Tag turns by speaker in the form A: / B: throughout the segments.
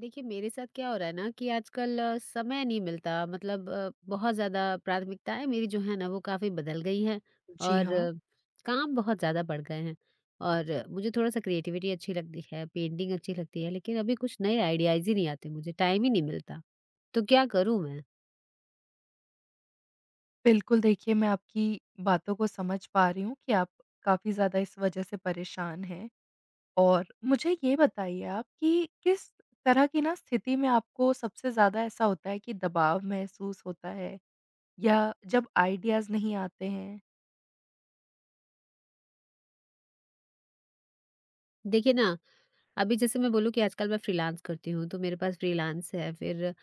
A: देखिए मेरे साथ क्या हो रहा है ना कि आजकल समय नहीं मिलता। मतलब बहुत ज़्यादा प्राथमिकताएँ मेरी जो है ना, वो काफ़ी बदल गई हैं,
B: जी
A: और
B: हाँ,
A: काम बहुत ज़्यादा बढ़ गए हैं। और मुझे थोड़ा-सा क्रिएटिविटी अच्छी लगती है, पेंटिंग अच्छी लगती है, लेकिन अभी कुछ नए आइडियाज़ ही नहीं आते मुझे, टाइम ही नहीं मिलता। तो क्या करूँ मैं?
B: बिल्कुल देखिए मैं आपकी बातों को समझ पा रही हूँ कि आप काफ़ी ज़्यादा इस वजह से परेशान हैं और मुझे ये बताइए आप कि किस तरह की ना स्थिति में आपको सबसे ज़्यादा ऐसा होता है कि दबाव महसूस होता है या जब आइडियाज़ नहीं आते हैं?
A: देखिए ना, अभी जैसे मैं बोलूँ कि आजकल मैं फ्रीलांस करती हूँ, तो मेरे पास फ्रीलांस है, फिर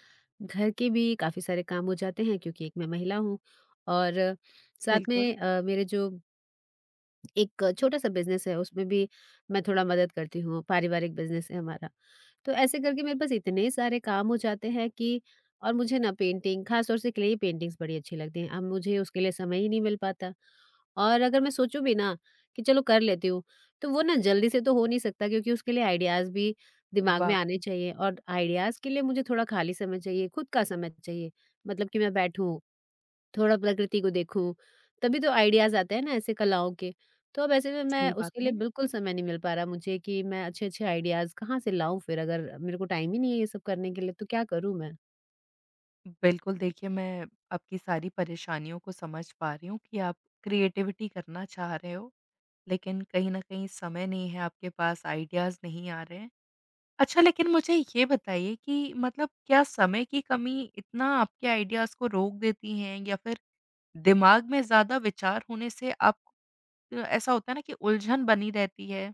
A: घर के भी काफ़ी सारे काम हो जाते हैं क्योंकि एक, मैं महिला हूँ, और साथ
B: बिल्कुल,
A: में मेरे जो एक छोटा सा बिज़नेस है, उसमें भी मैं थोड़ा मदद करती हूँ, पारिवारिक बिज़नेस है हमारा। तो ऐसे करके मेरे पास इतने सारे काम हो जाते हैं कि, और मुझे ना पेंटिंग, ख़ास तौर से क्ले पेंटिंग्स बड़ी अच्छी लगती हैं। अब मुझे उसके लिए समय ही नहीं मिल पाता, और अगर मैं सोचूँ भी ना कि चलो कर लेती हूँ, तो वो ना जल्दी से तो हो नहीं सकता क्योंकि उसके लिए आइडियाज़ भी दिमाग में आने
B: वाक़ई
A: चाहिए, और आइडियाज़ के लिए मुझे थोड़ा खाली समय चाहिए, खुद का समय चाहिए। मतलब कि मैं बैठूँ, थोड़ा प्रकृति को देखूँ, तभी तो आइडियाज़ आते हैं ना ऐसे कलाओं के। तो अब ऐसे में मैं
B: सही बात
A: उसके लिए
B: है।
A: बिल्कुल समय नहीं मिल पा रहा मुझे कि मैं अच्छे-अच्छे आइडियाज़ कहाँ से लाऊँ, फिर अगर मेरे को टाइम ही नहीं है ये सब करने के लिए, तो क्या करूँ मैं?
B: बिल्कुल देखिए मैं आपकी सारी परेशानियों को समझ पा रही हूँ कि आप क्रिएटिविटी करना चाह रहे हो, लेकिन कहीं न कहीं समय नहीं है आपके पास, आइडियाज़ नहीं आ रहे हैं। अच्छा लेकिन मुझे ये बताइए कि मतलब क्या समय की कमी इतना आपके आइडियाज़ को रोक देती हैं या फिर दिमाग में ज़्यादा विचार होने से आप ऐसा होता है ना कि उलझन बनी रहती है?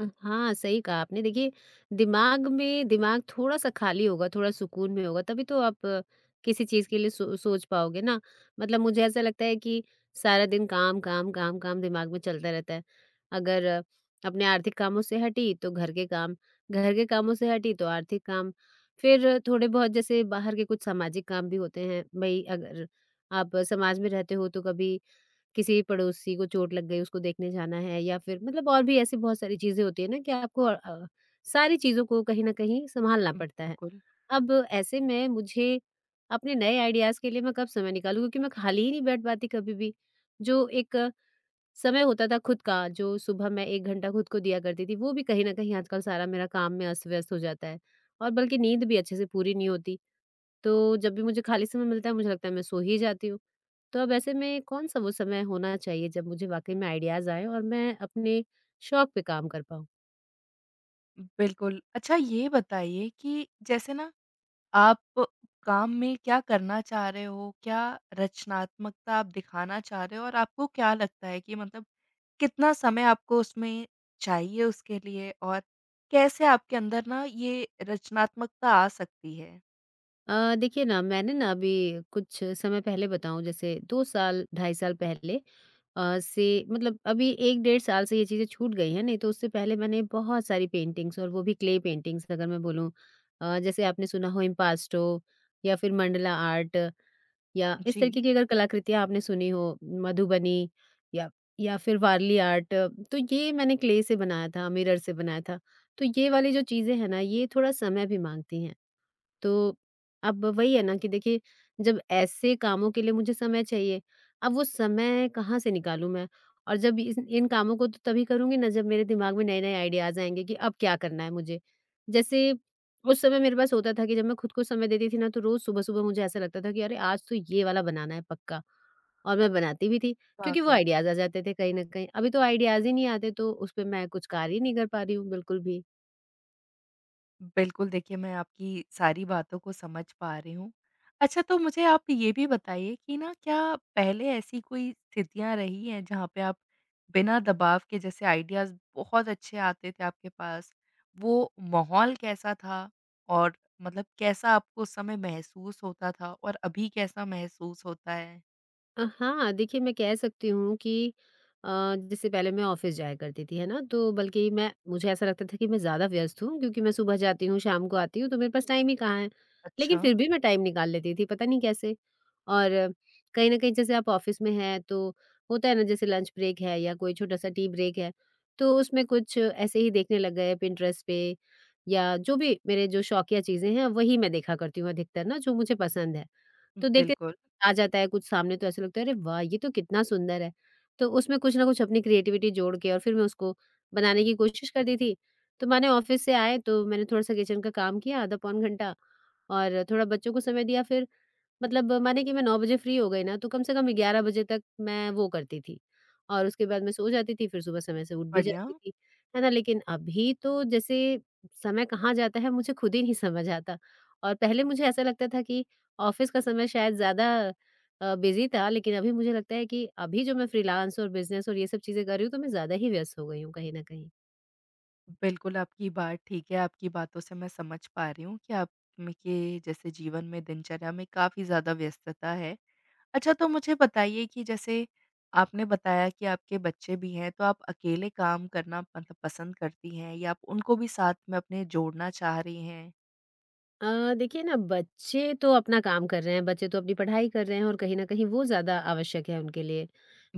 A: हाँ, सही कहा आपने। देखिए, दिमाग थोड़ा-सा खाली होगा, थोड़ा सुकून में होगा, तभी तो आप किसी चीज़ के लिए सोच पाओगे ना। मतलब मुझे ऐसा लगता है कि सारा दिन काम, काम, काम, काम दिमाग में चलता रहता है। अगर अपने आर्थिक कामों से हटी, तो घर के काम, घर के कामों से हटी, तो आर्थिक काम। फिर थोड़े बहुत जैसे बाहर के कुछ सामाजिक काम भी होते हैं। भई, अगर आप समाज में रहते हो, तो कभी किसी पड़ोसी को चोट लग गई, उसको देखने जाना है, या फिर मतलब और भी ऐसी बहुत सारी चीज़ें होती हैं ना कि आपको सारी चीज़ों को कहीं न कहीं सँभालना पड़ता है।
B: बिल्कुल,
A: अब ऐसे में मुझे अपने नए आइडियाज़ के लिए मैं कब समय निकालूँ, क्योंकि मैं खाली ही नहीं बैठ पाती कभी भी। जो एक समय होता था खुद का, जो सुबह मैं 1 घंटा खुद को दिया करती थी, वो भी कहीं न कहीं आजकल सारा मेरा काम में अस्त-व्यस्त हो जाता है, और बल्कि नींद भी अच्छे से पूरी नहीं होती। तो जब भी मुझे खाली समय मिलता है, मुझे लगता है मैं सो ही जाती हूँ। तो अब ऐसे में कौन-सा वो समय होना चाहिए, जब मुझे वाक़ई में आइडियाज़ आएँ और मैं अपने शौक पे काम कर पाऊँ?
B: बिल्कुल। अच्छा ये बताइए कि जैसे ना आप काम में क्या करना चाह रहे हो? क्या रचनात्मकता आप दिखाना चाह रहे हो और आपको क्या लगता है कि मतलब कितना समय आपको उसमें चाहिए उसके लिए और कैसे आपके अंदर ना ये रचनात्मकता आ सकती है?
A: देखिए ना, मैंने ना अभी कुछ समय पहले बताऊँ, जैसे 2 साल, ढाई साल पहले से, मतलब अभी 1 डेढ़ साल से ये चीज़ें छूट गई हैं, नहीं तो उससे पहले मैंने बहुत सारी पेंटिंग्स, और वो भी क्ले पेंटिंग्स अगर मैं बोलूँ जैसे आपने सुना हो इम्पास्टो, या फिर मंडला आर्ट, या इस
B: जी।
A: तरीके की अगर कलाकृतियाँ आपने सुनी हो, मधुबनी, या या फिर वारली आर्ट, तो ये मैंने क्ले से बनाया था, मिरर से बनाया था। तो ये वाली जो चीज़ें हैं ना, ये थोड़ा समय भी माँगती हैं। तो अब वही है ना कि देखिए, जब ऐसे कामों के लिए मुझे समय चाहिए, अब वो समय कहाँ से निकालूँ मैं? और जब इस इन कामों को तो तभी करूँगी ना, जब मेरे दिमाग में नए-नए आइडियाज़ आएँगे कि अब क्या करना है मुझे। जैसे उस समय मेरे पास होता था कि जब मैं खुद को समय देती थी ना, तो रोज़ सुबह-सुबह मुझे ऐसा लगता था कि अरे आज तो ये वाला बनाना है पक्का, और मैं बनाती भी थी क्योंकि वो
B: वाक़ई।
A: आइडियाज़ आ जाते थे कहीं न कहीं। अभी तो आइडियाज़ ही नहीं आते, तो उस पे मैं कुछ कार्य ही नहीं कर पा रही हूँ बिल्कुल भी।
B: बिल्कुल, देखिए मैं आपकी सारी बातों को समझ पा रही हूँ। अच्छा तो मुझे आप ये भी बताइए कि ना क्या पहले ऐसी कोई स्थितियाँ रही हैं जहाँ पे आप बिना दबाव के जैसे आइडियाज़ बहुत अच्छे आते थे आपके पास, वो माहौल कैसा था? और मतलब कैसा आपको उस समय महसूस होता था और अभी कैसा महसूस होता है?
A: हाँ, देखिए मैं कह सकती हूँ कि अ, जैसे पहले मैं ऑफ़िस जाया करती थी, है ना? तो बल्कि मैं मुझे ऐसा लगता था कि मैं ज़्यादा व्यस्त हूँ क्योंकि मैं सुबह जाती हूँ, शाम को आती हूँ, तो मेरे पास टाइम ही कहाँ है। लेकिन
B: अच्छा,
A: फिर भी मैं टाइम निकाल लेती थी, पता नहीं कैसे। और कहीं न कहीं जैसे आप ऑफ़िस में हैं, तो होता है ना, जैसे लंच ब्रेक है या कोई छोटा-सा टी ब्रेक है, तो उसमें कुछ ऐसे ही देखने लग गए पिंटरेस्ट पे, या जो भी मेरे जो शौकिया चीज़ें हैं, वही मैं देखा करती हूँ अधिकतर ना, जो मुझे पसंद है। तो देखते
B: बिल्कुल,
A: आ जाता है कुछ सामने, तो ऐसा लगता है, अरे वाह! ये तो कितना सुंदर है। तो उसमें कुछ ना कुछ अपनी क्रिएटिविटी जोड़ के, और फिर मैं उसको बनाने की कोशिश करती थी। तो माने ऑफ़िस से आए तो मैंने थोड़ा-सा किचन का काम किया, आधा पौन घंटा, और थोड़ा बच्चों को समय दिया, फिर मतलब माने कि मैं 9 बजे फ्री हो गई ना, तो कम से कम 11 बजे तक मैं वो करती थी, और उसके बाद मैं सो जाती थी, फिर सुबह समय से उठ भी
B: बढ़िया।
A: जाती थी, है ना? लेकिन अभी तो जैसे समय कहाँ जाता है, मुझे खुद ही नहीं समझ आता, और पहले मुझे ऐसा लगता था कि ऑफ़िस का समय शायद ज़्यादा बिज़ी था, लेकिन अभी मुझे लगता है कि अभी जो मैं फ्रीलांस और बिज़नेस और ये सब चीज़ें कर रही हूँ, तो मैं ज़्यादा ही व्यस्त हो गई हूँ कहीं न कहीं।
B: बिल्कुल, आपकी बात ठीक है, आपकी बातों से मैं समझ पा रही हूँ कि आप में के जैसे जीवन में, दिनचर्या में काफ़ी ज़्यादा व्यस्तता है। अच्छा तो मुझे बताइए कि जैसे आपने बताया कि आपके बच्चे भी हैं, तो आप अकेले काम करना मतलब पसंद करती हैं या आप उनको भी साथ में अपने जोड़ना चाह रही हैं?
A: देखिए ना, बच्चे तो अपना काम कर रहे हैं, बच्चे तो अपनी पढ़ाई कर रहे हैं, और कहीं न कहीं वो ज़्यादा आवश्यक है उनके लिए।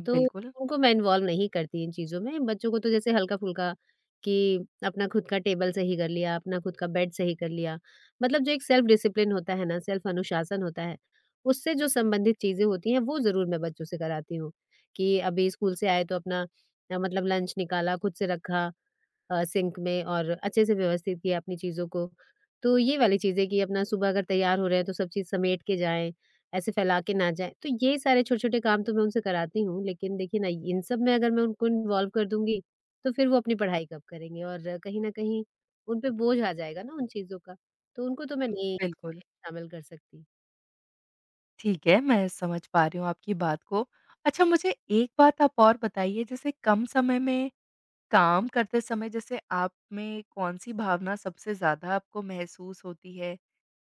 A: तो
B: बिल्कुल,
A: उनको मैं इन्वॉल्व नहीं करती इन चीज़ों में। बच्चों को तो जैसे हल्का-फुल्का, कि अपना खुद का टेबल सही कर लिया, अपना खुद का बेड सही कर लिया। मतलब जो एक सेल्फ डिसिप्लिन होता है ना, सेल्फ अनुशासन होता है, उससे जो संबंधित चीज़ें होती हैं, वो ज़रूर मैं बच्चों से कराती हूँ। कि अभी स्कूल से आए तो अपना मतलब लंच निकाला, खुद से रखा सिंक में, और अच्छे से व्यवस्थित किया अपनी चीज़ों को। तो ये वाली चीज़ें कि अपना सुबह अगर तैयार हो रहे हैं तो सब चीज़ समेट के जाएँ, ऐसे फैला के ना जाएँ। तो ये सारे छोटे-छोटे काम तो मैं उनसे कराती हूँ, लेकिन देखिए ना, इन सब में अगर मैं उनको इन्वॉल्व कर दूँगी, तो फिर वो अपनी पढ़ाई कब करेंगे, और कहीं न कहीं उन पे बोझ आ जाएगा ना उन चीज़ों का। तो उनको तो मैं नहीं
B: बिल्कुल।
A: शामिल कर सकती।
B: ठीक है, मैं समझ पा रही हूँ आपकी बात को। अच्छा मुझे एक बात आप और बताइए जैसे कम समय में काम करते समय जैसे आप में कौन-सी भावना सबसे ज़्यादा आपको महसूस होती है?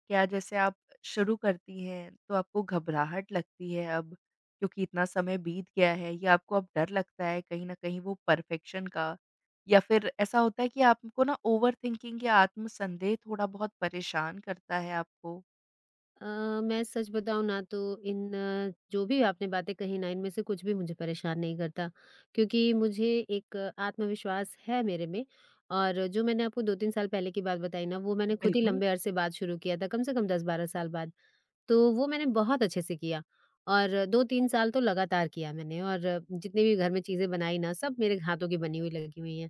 B: क्या जैसे आप शुरू करती हैं, तो आपको घबराहट लगती है अब क्योंकि इतना समय बीत गया है या आपको अब डर लगता है कहीं न कहीं वो परफ़ेक्शन का? या फिर ऐसा होता है कि आपको ना ओवरथिंकिंग या आत्मसंदेह थोड़ा बहुत परेशान करता है आपको?
A: अ, मैं सच बताऊँ ना, तो इन जो भी आपने बातें कही ना, इनमें से कुछ भी मुझे परेशान नहीं करता, क्योंकि मुझे एक आत्मविश्वास है मेरे में, और जो मैंने आपको 2-3 साल पहले की बात बताई ना, वो मैंने खुद ही
B: बिल्कुल,
A: लंबे अरसे बाद शुरू किया था, कम से कम 10-12 साल बाद। तो वो मैंने बहुत अच्छे से किया, और 2-3 साल तो लगातार किया मैंने, और जितनी भी घर में चीज़ें बनाई ना, सब मेरे हाथों की बनी हुई लगी हुई हैं।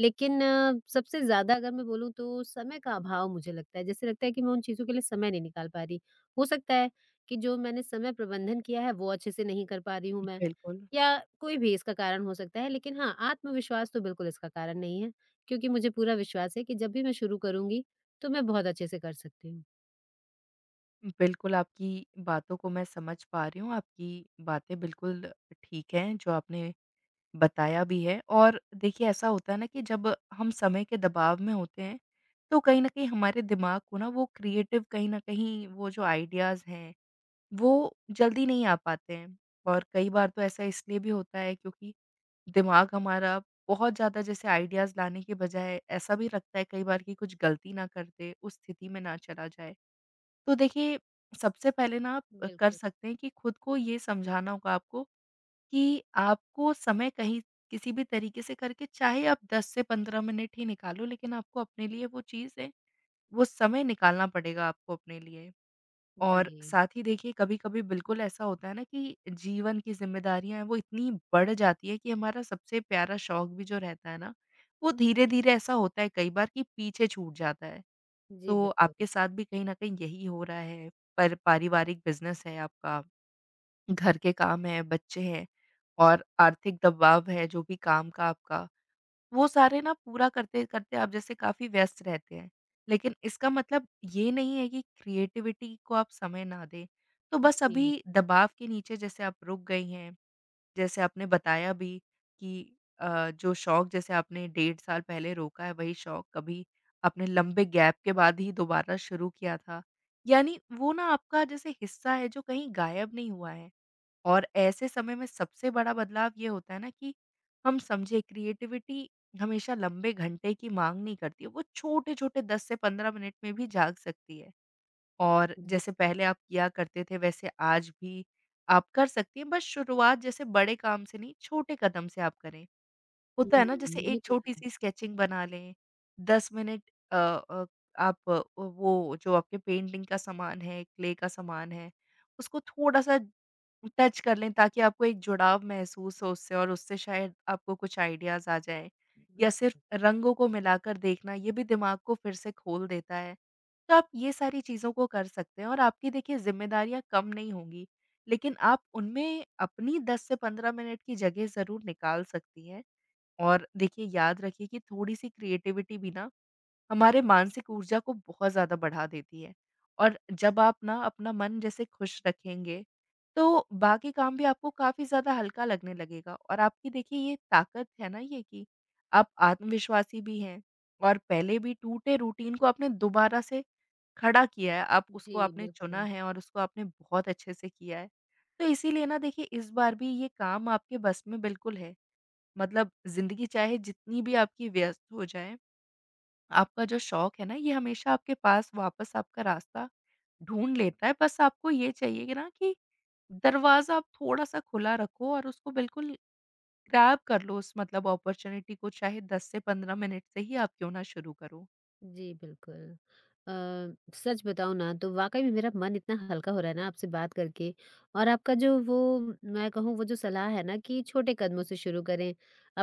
A: लेकिन सबसे ज़्यादा अगर मैं बोलूँ तो समय का अभाव मुझे लगता है, जैसे लगता है कि मैं उन चीज़ों के लिए समय नहीं निकाल पा रही। हो सकता है कि जो मैंने समय प्रबंधन किया है, वो अच्छे से नहीं कर पा रही हूँ मैं,
B: बिल्कुल।
A: या कोई भी इसका कारण हो सकता है, लेकिन हाँ, आत्मविश्वास तो बिल्कुल इसका कारण नहीं है, क्योंकि मुझे पूरा विश्वास है कि जब भी मैं शुरू करूँगी, तो मैं बहुत अच्छे से कर सकती हूँ।
B: बिल्कुल, आपकी बातों को मैं समझ पा रही हूँ। आपकी बातें बिल्कुल ठीक हैं, जो आपने बताया भी है और देखिए ऐसा होता है ना कि जब हम समय के दबाव में होते हैं, तो कहीं न कहीं हमारे दिमाग को ना वो क्रिएटिव कहीं न कहीं वो जो आइडियाज़ हैं, वो जल्दी नहीं आ पाते हैं। और कई बार तो ऐसा इसलिए भी होता है क्योंकि दिमाग हमारा बहुत ज़्यादा जैसे आइडियाज़ लाने के बजाय ऐसा भी रखता है कई बार कि कुछ गलती ना कर दे, उस स्थिति में ना चला जाए। तो देखिए सबसे पहले ना आप कर
A: बिल्कुल।
B: सकते हैं कि खुद को ये समझाना होगा आपको कि आपको समय कहीं किसी भी तरीके से करके चाहे आप 10 से 15 मिनट ही निकालो, लेकिन आपको अपने लिए वो चीज़ है, वो समय निकालना पड़ेगा आपको अपने लिए। और
A: जी।
B: साथ ही देखिए कभी-कभी बिल्कुल ऐसा होता है ना कि जीवन की ज़िम्मेदारियाँ हैं वो इतनी बढ़ जाती है कि हमारा सबसे प्यारा शौक भी जो रहता है ना, वो धीरे-धीरे ऐसा होता है कई बार कि पीछे छूट जाता है।
A: जी,
B: तो
A: बिल्कुल।
B: आपके साथ भी कहीं न कहीं यही हो रहा है, पर पारिवारिक बिज़नेस है आपका। घर के काम हैं, बच्चे हैं और आर्थिक दबाव है, जो भी काम का आपका, वो सारे ना पूरा करते-करते आप जैसे काफ़ी व्यस्त रहते हैं। लेकिन इसका मतलब ये नहीं है कि क्रिएटिविटी को आप समय ना दें। तो बस
A: जी, जी।
B: अभी दबाव के नीचे जैसे आप रुक गई हैं, जैसे आपने बताया भी कि जो शौक जैसे आपने 1.5 साल पहले रोका है, वही शौक कभी आपने लंबे गैप के बाद ही दोबारा शुरू किया था। यानी वो ना आपका जैसे हिस्सा है, जो कहीं गायब नहीं हुआ है। और ऐसे समय में सबसे बड़ा बदलाव ये होता है ना कि हम समझे क्रिएटिविटी हमेशा लंबे घंटे की मांग नहीं करती है, वो छोटे-छोटे 10 से 15 मिनट में भी जाग सकती है। और जैसे पहले आप किया करते थे वैसे आज भी आप कर सकती हैं, बस शुरुआत जैसे बड़े काम से नहीं, छोटे कदम से आप करें।
A: हुँ,
B: होता है ना जैसे
A: ये
B: एक
A: तो है।
B: छोटी-सी स्केचिंग बना लें, 10 मिनट अ अ, आप वो जो आपके पेंटिंग का सामान है, क्ले का सामान है, उसको थोड़ा-सा टच कर लें ताकि आपको एक जुड़ाव महसूस हो उससे और उससे शायद आपको कुछ आइडियाज़ आ जाएँ। या सिर्फ़
A: बिल्कुल।
B: रंगों को मिलाकर देखना, ये भी दिमाग को फिर से खोल देता है। तो आप ये सारी चीज़ों को कर सकते हैं और आपकी देखिए ज़िम्मेदारियाँ कम नहीं होंगी, लेकिन आप उनमें अपनी 10 से 15 मिनट की जगह ज़रूर निकाल सकती हैं। और देखिए याद रखिए कि थोड़ी-सी क्रिएटिविटी भी ना हमारे मानसिक ऊर्जा को बहुत ज़्यादा बढ़ा देती है। और जब आप ना अपना मन जैसे खुश रखेंगे, तो बाकी काम भी आपको काफ़ी ज़्यादा हल्का लगने लगेगा और आपकी देखिए ये ताकत है ना ये कि आप आत्मविश्वासी भी हैं और पहले भी टूटे रूटीन को आपने दोबारा से खड़ा किया है, आप
A: जी,
B: उसको आपने चुना
A: बिल्कुल।
B: है और उसको आपने बहुत अच्छे से किया है। तो इसीलिए ना देखिए इस बार भी ये काम आपके बस में बिल्कुल है। मतलब ज़िंदगी चाहे जितनी भी आपकी व्यस्त हो जाए, आपका जो शौक है ना ये हमेशा आपके पास वापस आपका रास्ता ढूँढ लेता है। बस आपको ये चाहिए कि ना कि दरवाज़ा आप थोड़ा-सा खुला रखो और उसको बिल्कुल ग्रैब कर लो उस मतलब अपॉर्च्युनिटी को, चाहे 10 से 15 मिनट से ही आप क्यों ना शुरू करो।
A: जी, बिल्कुल। सच बताऊँ ना, तो वाक़ई में मेरा मन इतना हल्का हो रहा है ना आपसे बात करके, और आपका जो वो, मैं कहूँ, वो जो सलाह है ना कि छोटे कदमों से शुरू करें,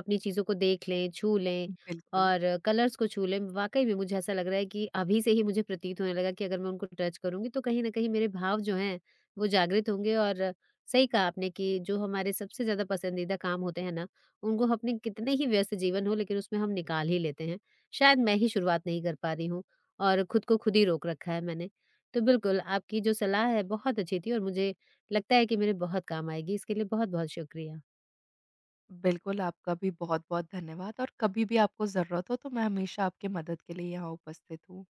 A: अपनी चीज़ों को देख लें, छू लें,
B: बिल्कुल।
A: और कलर्स को छू लें। वाक़ई में मुझे ऐसा लग रहा है कि अभी से ही मुझे प्रतीत होने लगा कि अगर मैं उनको टच करूँगी, तो कहीं न कहीं मेरे भाव जो हैं वो जागृत होंगे, और सही कहा आपने कि जो हमारे सबसे ज़्यादा पसंदीदा काम होते हैं ना, उनको अपने कितने ही व्यस्त जीवन हो लेकिन उसमें हम निकाल ही लेते हैं। शायद मैं ही शुरुआत नहीं कर पा रही हूँ, और खुद को खुद ही रोक रखा है मैंने। तो बिल्कुल, आपकी जो सलाह है बहुत अच्छी थी, और मुझे लगता है कि मेरे बहुत काम आएगी। इसके लिए बहुत-बहुत शुक्रिया।
B: बिल्कुल, आपका भी बहुत-बहुत धन्यवाद और कभी भी आपको ज़रूरत हो तो मैं हमेशा आपकी मदद के लिए यहाँ उपस्थित हूँ।